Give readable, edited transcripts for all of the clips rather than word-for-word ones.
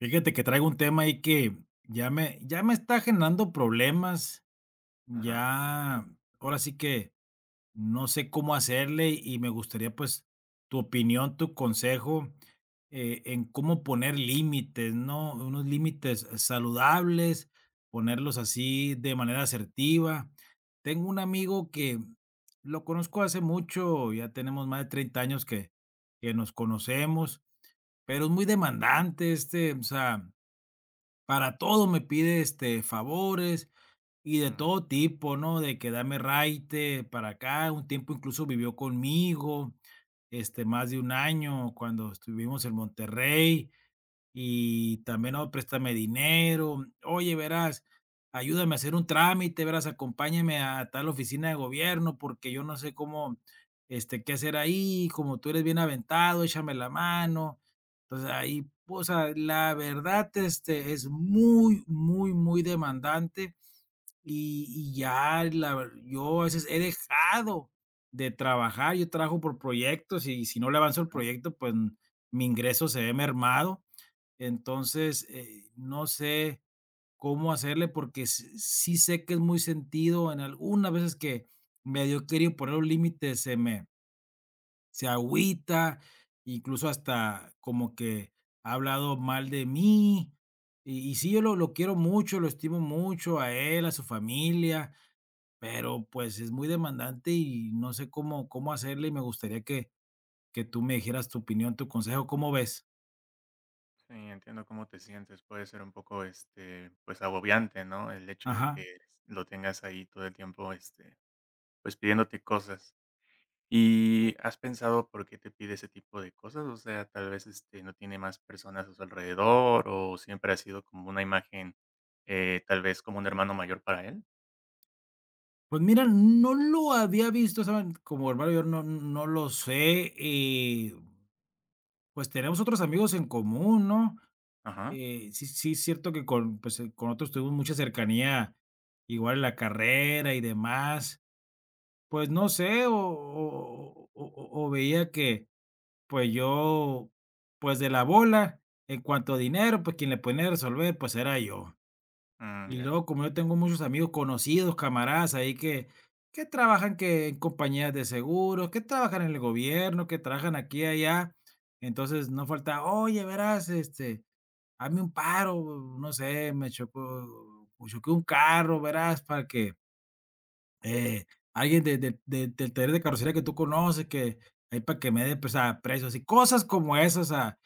Fíjate que traigo un tema ahí que ya me está generando problemas, Ajá, ya ahora sí que no sé cómo hacerle y me gustaría pues tu opinión, tu consejo en cómo poner límites, ¿no? Unos límites saludables, ponerlos así de manera asertiva. Tengo un amigo que lo conozco hace mucho, ya tenemos más de 30 años que nos conocemos, pero es muy demandante o sea, para todo me pide, favores y de mm, todo tipo, ¿no? De que dame raite para acá, un tiempo incluso vivió conmigo, más de un año cuando estuvimos en Monterrey. Y también, no, préstame dinero. Oye, verás, ayúdame a hacer un trámite, verás, acompáñame a tal oficina de gobierno porque yo no sé cómo, qué hacer ahí, como tú eres bien aventado, échame la mano. Entonces ahí, pues sea, la verdad, es muy, muy, muy demandante y, y yo a veces he dejado de trabajar, yo trabajo por proyectos y si no le avanzo el ajá. proyecto, pues mi ingreso se ve mermado entonces, no sé cómo hacerle porque sí sé que es muy sentido. En algunas veces que medio quería poner un límite, se agüita, incluso hasta como que ha hablado mal de mí. Y sí, yo lo quiero mucho, lo estimo mucho a él, a su familia, pero pues es muy demandante y no sé cómo hacerle y me gustaría que tú me dijeras tu opinión, tu consejo, ¿cómo ves? Sí, entiendo cómo te sientes. Puede ser un poco, pues agobiante, ¿no? El hecho de Ajá. que lo tengas ahí todo el tiempo, pues pidiéndote cosas. ¿Y has pensado por qué te pide ese tipo de cosas? O sea, tal vez, no tiene más personas a su alrededor o siempre ha sido como una imagen, tal vez como un hermano mayor para él. Pues mira, no lo había visto, ¿saben? Como hermano yo no lo sé, pues tenemos otros amigos en común, ¿no? Ajá, Sí es cierto que con, pues, con otros tuvimos mucha cercanía, igual en la carrera y demás. Pues no sé, o veía que, pues yo, pues de la bola, en cuanto a dinero, pues quien le ponía a resolver, pues era yo. mm, Y ya, luego, como yo tengo muchos amigos conocidos, camaradas ahí que trabajan que en compañías de seguros, que trabajan en el gobierno, que trabajan aquí y allá. Entonces no falta, oye, verás, hazme un paro, no sé, choqué un carro, verás, para que eh, alguien de del taller de carrocería que tú conoces, que ahí para que me dé, pues, a precios y cosas como esas, ah,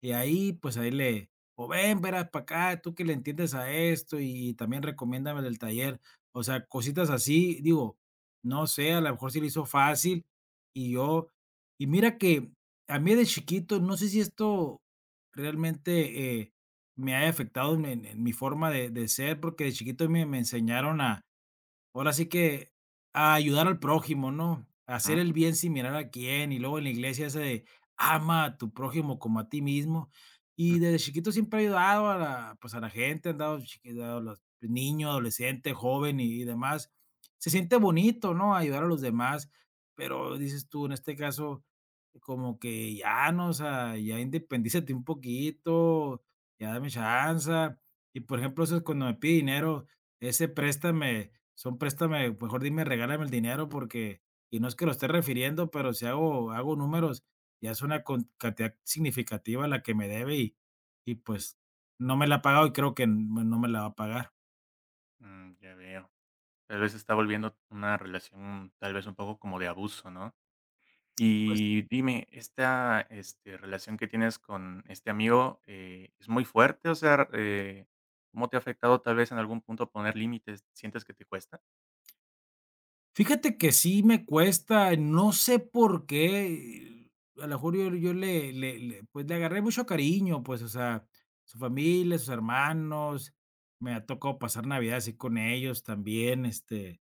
y ahí, pues, ahí le o ven, verás para acá, tú que le entiendes a esto y también recomiéndame el del taller. O sea, cositas así, digo, no sé, a lo mejor se le hizo fácil y yo y mira que a mí de chiquito, no sé si esto realmente, me haya afectado en mi forma de ser, porque de chiquito me enseñaron a ahora sí que a ayudar al prójimo, ¿no? A ujú, hacer el bien sin mirar a quién. Y luego en la iglesia ese de ama a tu prójimo como a ti mismo. Y mm, desde chiquito siempre he ayudado a pues a la gente, han dado chiquito, los niño, adolescente, joven y demás. Se siente bonito, ¿no? Ayudar a los demás, pero dices tú, en este caso, como que ya, ¿no? O sea, ya independízate un poquito, ya dame chance. Y por ejemplo, eso es cuando me pide dinero, ese préstame, son préstame, mejor dime, regálame el dinero porque, y no es que lo esté refiriendo, pero si hago números, ya es una con cantidad significativa la que me debe y pues, no me la ha pagado y creo que bueno, no me la va a pagar. mm, ya veo. Tal vez está volviendo una relación, tal vez un poco como de abuso, ¿no? Pues, Y dime, esta, relación que tienes con este amigo, ¿es muy fuerte? O sea, ¿cómo te ha afectado tal vez en algún punto poner límites? ¿Sientes que te cuesta? fíjate que sí me cuesta, no sé por qué, a lo mejor yo le pues, le agarré mucho cariño, pues, o sea, su familia, sus hermanos, me ha tocado pasar Navidad así con ellos también,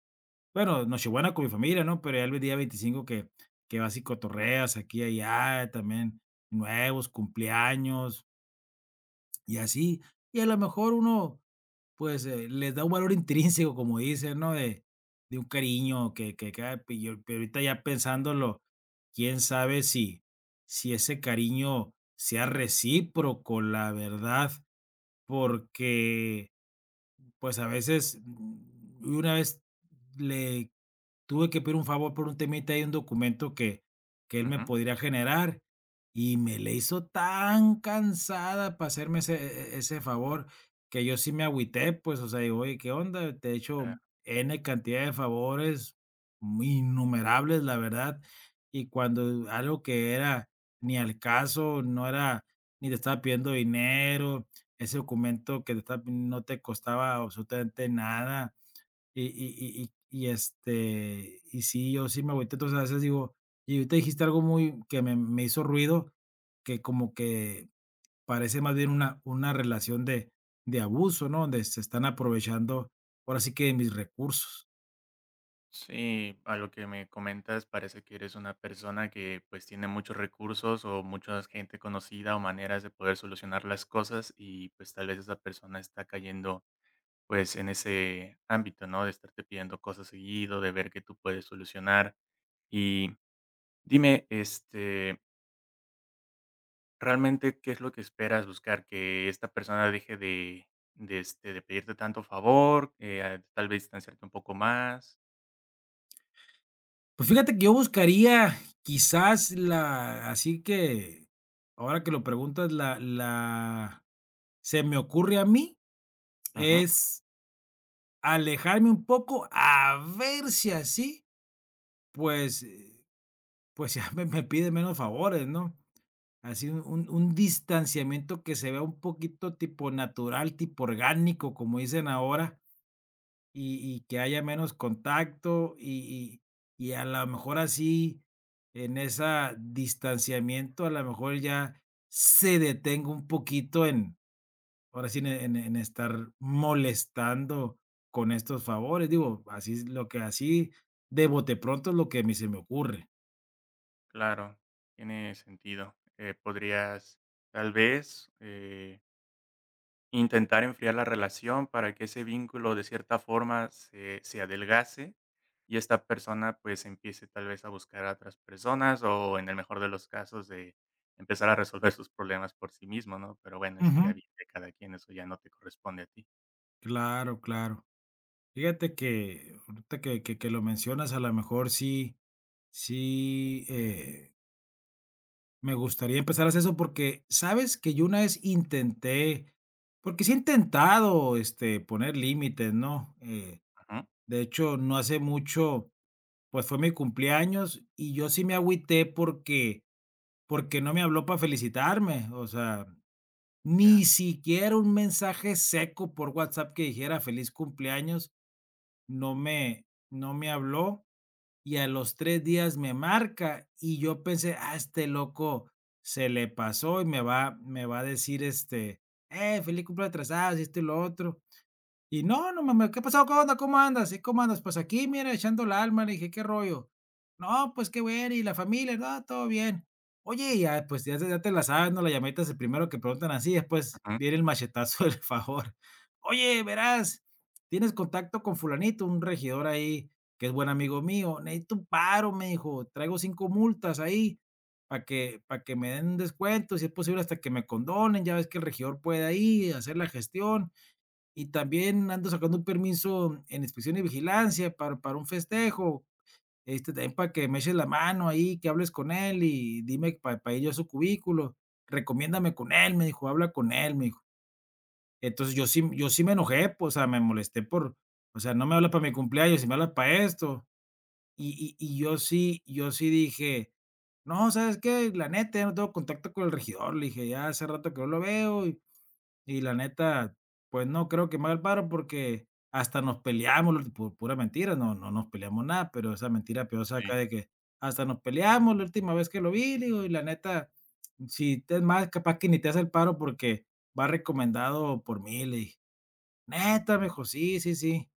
bueno, Nochebuena con mi familia, ¿no? Pero ya el día 25 que vas y cotorreas aquí y allá, también nuevos, cumpleaños y así. Y a lo mejor uno, pues, les da un valor intrínseco, como dicen, ¿no? De un cariño que ah, y yo pero ahorita ya pensándolo, quién sabe si ese cariño sea recíproco, la verdad, porque, pues, a veces, una vez le tuve que pedir un favor por un temita y un documento que él me Ujú, podría generar, y me le hizo tan cansada para hacerme ese ese favor, que yo sí me agüité, pues, o sea, digo: "Oye, ¿qué onda? Te he hecho claro. N cantidad de favores, muy innumerables, la verdad", y cuando algo que era ni al caso, no era ni te estaba pidiendo dinero, ese documento que te estaba pidiendo no te costaba absolutamente nada. Y y sí, yo sí me agüité, entonces, a veces digo y ahorita dijiste algo muy que me hizo ruido, que como que parece más bien una relación de abuso, ¿no? Donde se están aprovechando, ahora sí que de mis recursos. Sí, a lo que me comentas parece que eres una persona que pues tiene muchos recursos o mucha gente conocida o maneras de poder solucionar las cosas y pues tal vez esa persona está cayendo pues en ese ámbito, ¿no? De estarte pidiendo cosas seguido, de ver que tú puedes solucionar. Y dime, realmente, ¿qué es lo que esperas buscar? ¿Que esta persona deje de pedirte tanto favor, ah, tal vez distanciarte un poco más? Pues fíjate que yo buscaría quizás la así que, ahora que lo preguntas, la se me ocurre a mí, Ujú, es alejarme un poco, a ver si así, pues Pues ya me pide menos favores, ¿no? Así un distanciamiento que se vea un poquito tipo natural, tipo orgánico, como dicen ahora, y que haya menos contacto, y a lo mejor así, en esa distanciamiento, a lo mejor ya se detenga un poquito en, ahora sí, en estar molestando con estos favores. Digo, así es lo que así de bote pronto es lo que a mí se me ocurre. claro, tiene sentido. Podrías, tal vez, intentar enfriar la relación para que ese vínculo de cierta forma se adelgase y esta persona pues empiece tal vez a buscar a otras personas o en el mejor de los casos de empezar a resolver sus problemas por sí mismo, ¿no? Pero bueno, eso Ujú. ya viene de cada quien, eso ya no te corresponde a ti. Claro, claro. Fíjate que ahorita que lo mencionas, a lo mejor sí, sí, me gustaría empezar a hacer eso porque, ¿sabes?, que yo una vez intenté porque sí he intentado, poner límites, ¿no?, Ujú. de hecho, no hace mucho, pues, fue mi cumpleaños y yo sí me agüité porque no me habló para felicitarme, o sea, ni Ya. siquiera un mensaje seco por WhatsApp que dijera feliz cumpleaños, no me no me habló. Y a los 3 días me marca, y yo pensé: "Ah, este loco se le pasó y me va a decir, feliz cumpleaños atrasado'", y esto y lo otro. Y no, no mames, ¿qué pasó? ¿Cómo onda? ¿Cómo andas? ¿Y cómo andas? Pues aquí, mira, echando la alma, le dije, ¿qué rollo? No, pues qué bueno, y la familia, no, todo bien. Oye, y ya, pues ya, ya te la sabes, ¿no? La llamadita es el primero que preguntan así, después Ujú. viene el machetazo del favor. Oye, verás, tienes contacto con fulanito, un regidor ahí, que es buen amigo mío. Necesito un paro, me dijo, traigo cinco multas ahí para que me den un descuento, si es posible, hasta que me condonen, ya ves que el regidor puede ahí hacer la gestión y también ando sacando un permiso en inspección y vigilancia para un festejo, también para que me eches la mano ahí, que hables con él y dime pa para ir yo a su cubículo, recomiéndame con él, me dijo, habla con él, me dijo. Entonces, yo sí me enojé, pues, o sea, me molesté por, o sea, no me habla para mi cumpleaños y me habla para esto. Y yo sí dije: "No, ¿sabes qué? La neta, ya no tengo contacto con el regidor", le dije: "Ya hace rato que no lo veo y la neta, pues no creo que me haga el paro porque hasta nos peleamos, por pura mentira, no nos peleamos nada, pero esa mentira piosa acá Sí, de que hasta nos peleamos la última vez que lo vi, le digo, y la neta, si te es más, capaz que ni te hace el paro porque va recomendado por mí, le dije. Neta, me dijo, sí, sí, sí.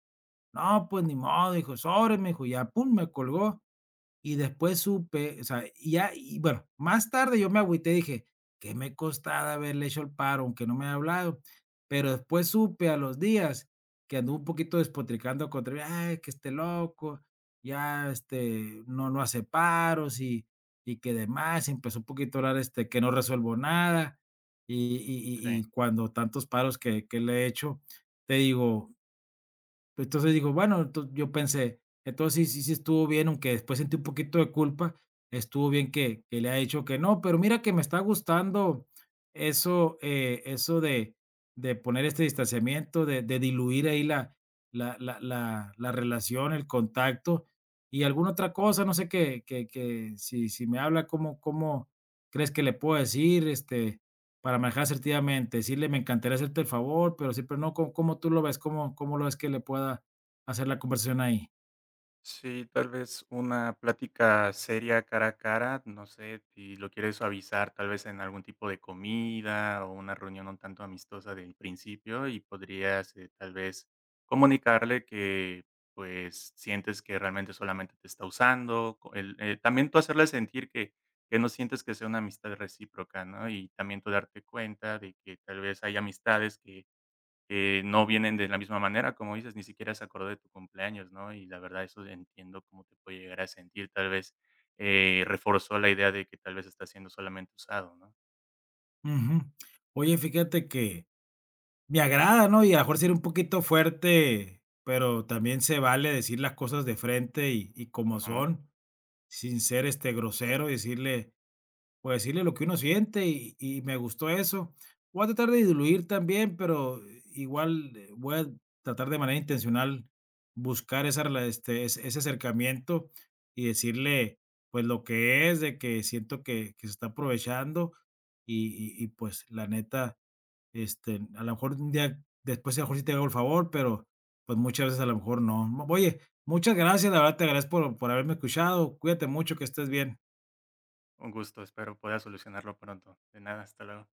No, pues ni modo, dijo, sobre me dijo, y ya, pum, me colgó. Y después supe, o sea, y ya, y bueno, más tarde yo me agüité, dije: que me costaba haberle hecho el paro, aunque no me ha hablado?". Pero después supe a los días que anduvo un poquito despotricando contra mí: "Ay, que esté loco, ya, no hace paros y que demás". Empezó un poquito a hablar, que no resuelvo nada, y y y sí. y cuando tantos paros que le he hecho, te digo pero entonces digo, bueno, ento yo pensé, entonces sí estuvo bien, aunque después sentí un poquito de culpa, estuvo bien que le ha dicho que no, pero mira que me está gustando eso, eso de poner este distanciamiento, de diluir ahí la relación, el contacto y alguna otra cosa, no sé, qué que si me habla, ¿cómo crees que le puedo decir? Para manejar asertivamente, decirle: "Me encantaría hacerte el favor, pero sí, pero no", ¿có cómo tú lo ves? ¿Cómo lo ves que le pueda hacer la conversación ahí? Sí, tal vez una plática seria cara a cara, no sé, si lo quieres suavizar, tal vez en algún tipo de comida o una reunión un tanto amistosa del principio y podrías tal vez comunicarle que pues sientes que realmente solamente te está usando, también tú hacerle sentir que no sientes que sea una amistad recíproca, ¿no? Y también tú darte cuenta de que tal vez hay amistades que no vienen de la misma manera, como dices, ni siquiera se acordó de tu cumpleaños, ¿no? Y la verdad, eso entiendo cómo te puede llegar a sentir. Tal vez reforzó la idea de que tal vez está siendo solamente usado, ¿no? Ujú. Oye, fíjate que me agrada, ¿no? Y a lo mejor ser un poquito fuerte, pero también se vale decir las cosas de frente y como Ujú. son, sin ser, grosero, y decirle: pues decirle lo que uno siente y me gustó eso. Voy a tratar de diluir también, pero igual, voy a tratar de manera intencional buscar esa rela este, ese ese acercamiento y decirle, pues, lo que es, de que siento que se está aprovechando y y, pues, la neta, a lo mejor un día después, a lo mejor sí te hago el favor, pero, pues, muchas veces a lo mejor no. Oye, muchas gracias, la verdad te agradezco por haberme escuchado. Cuídate mucho, que estés bien. Un gusto, espero pueda solucionarlo pronto. De nada, hasta luego.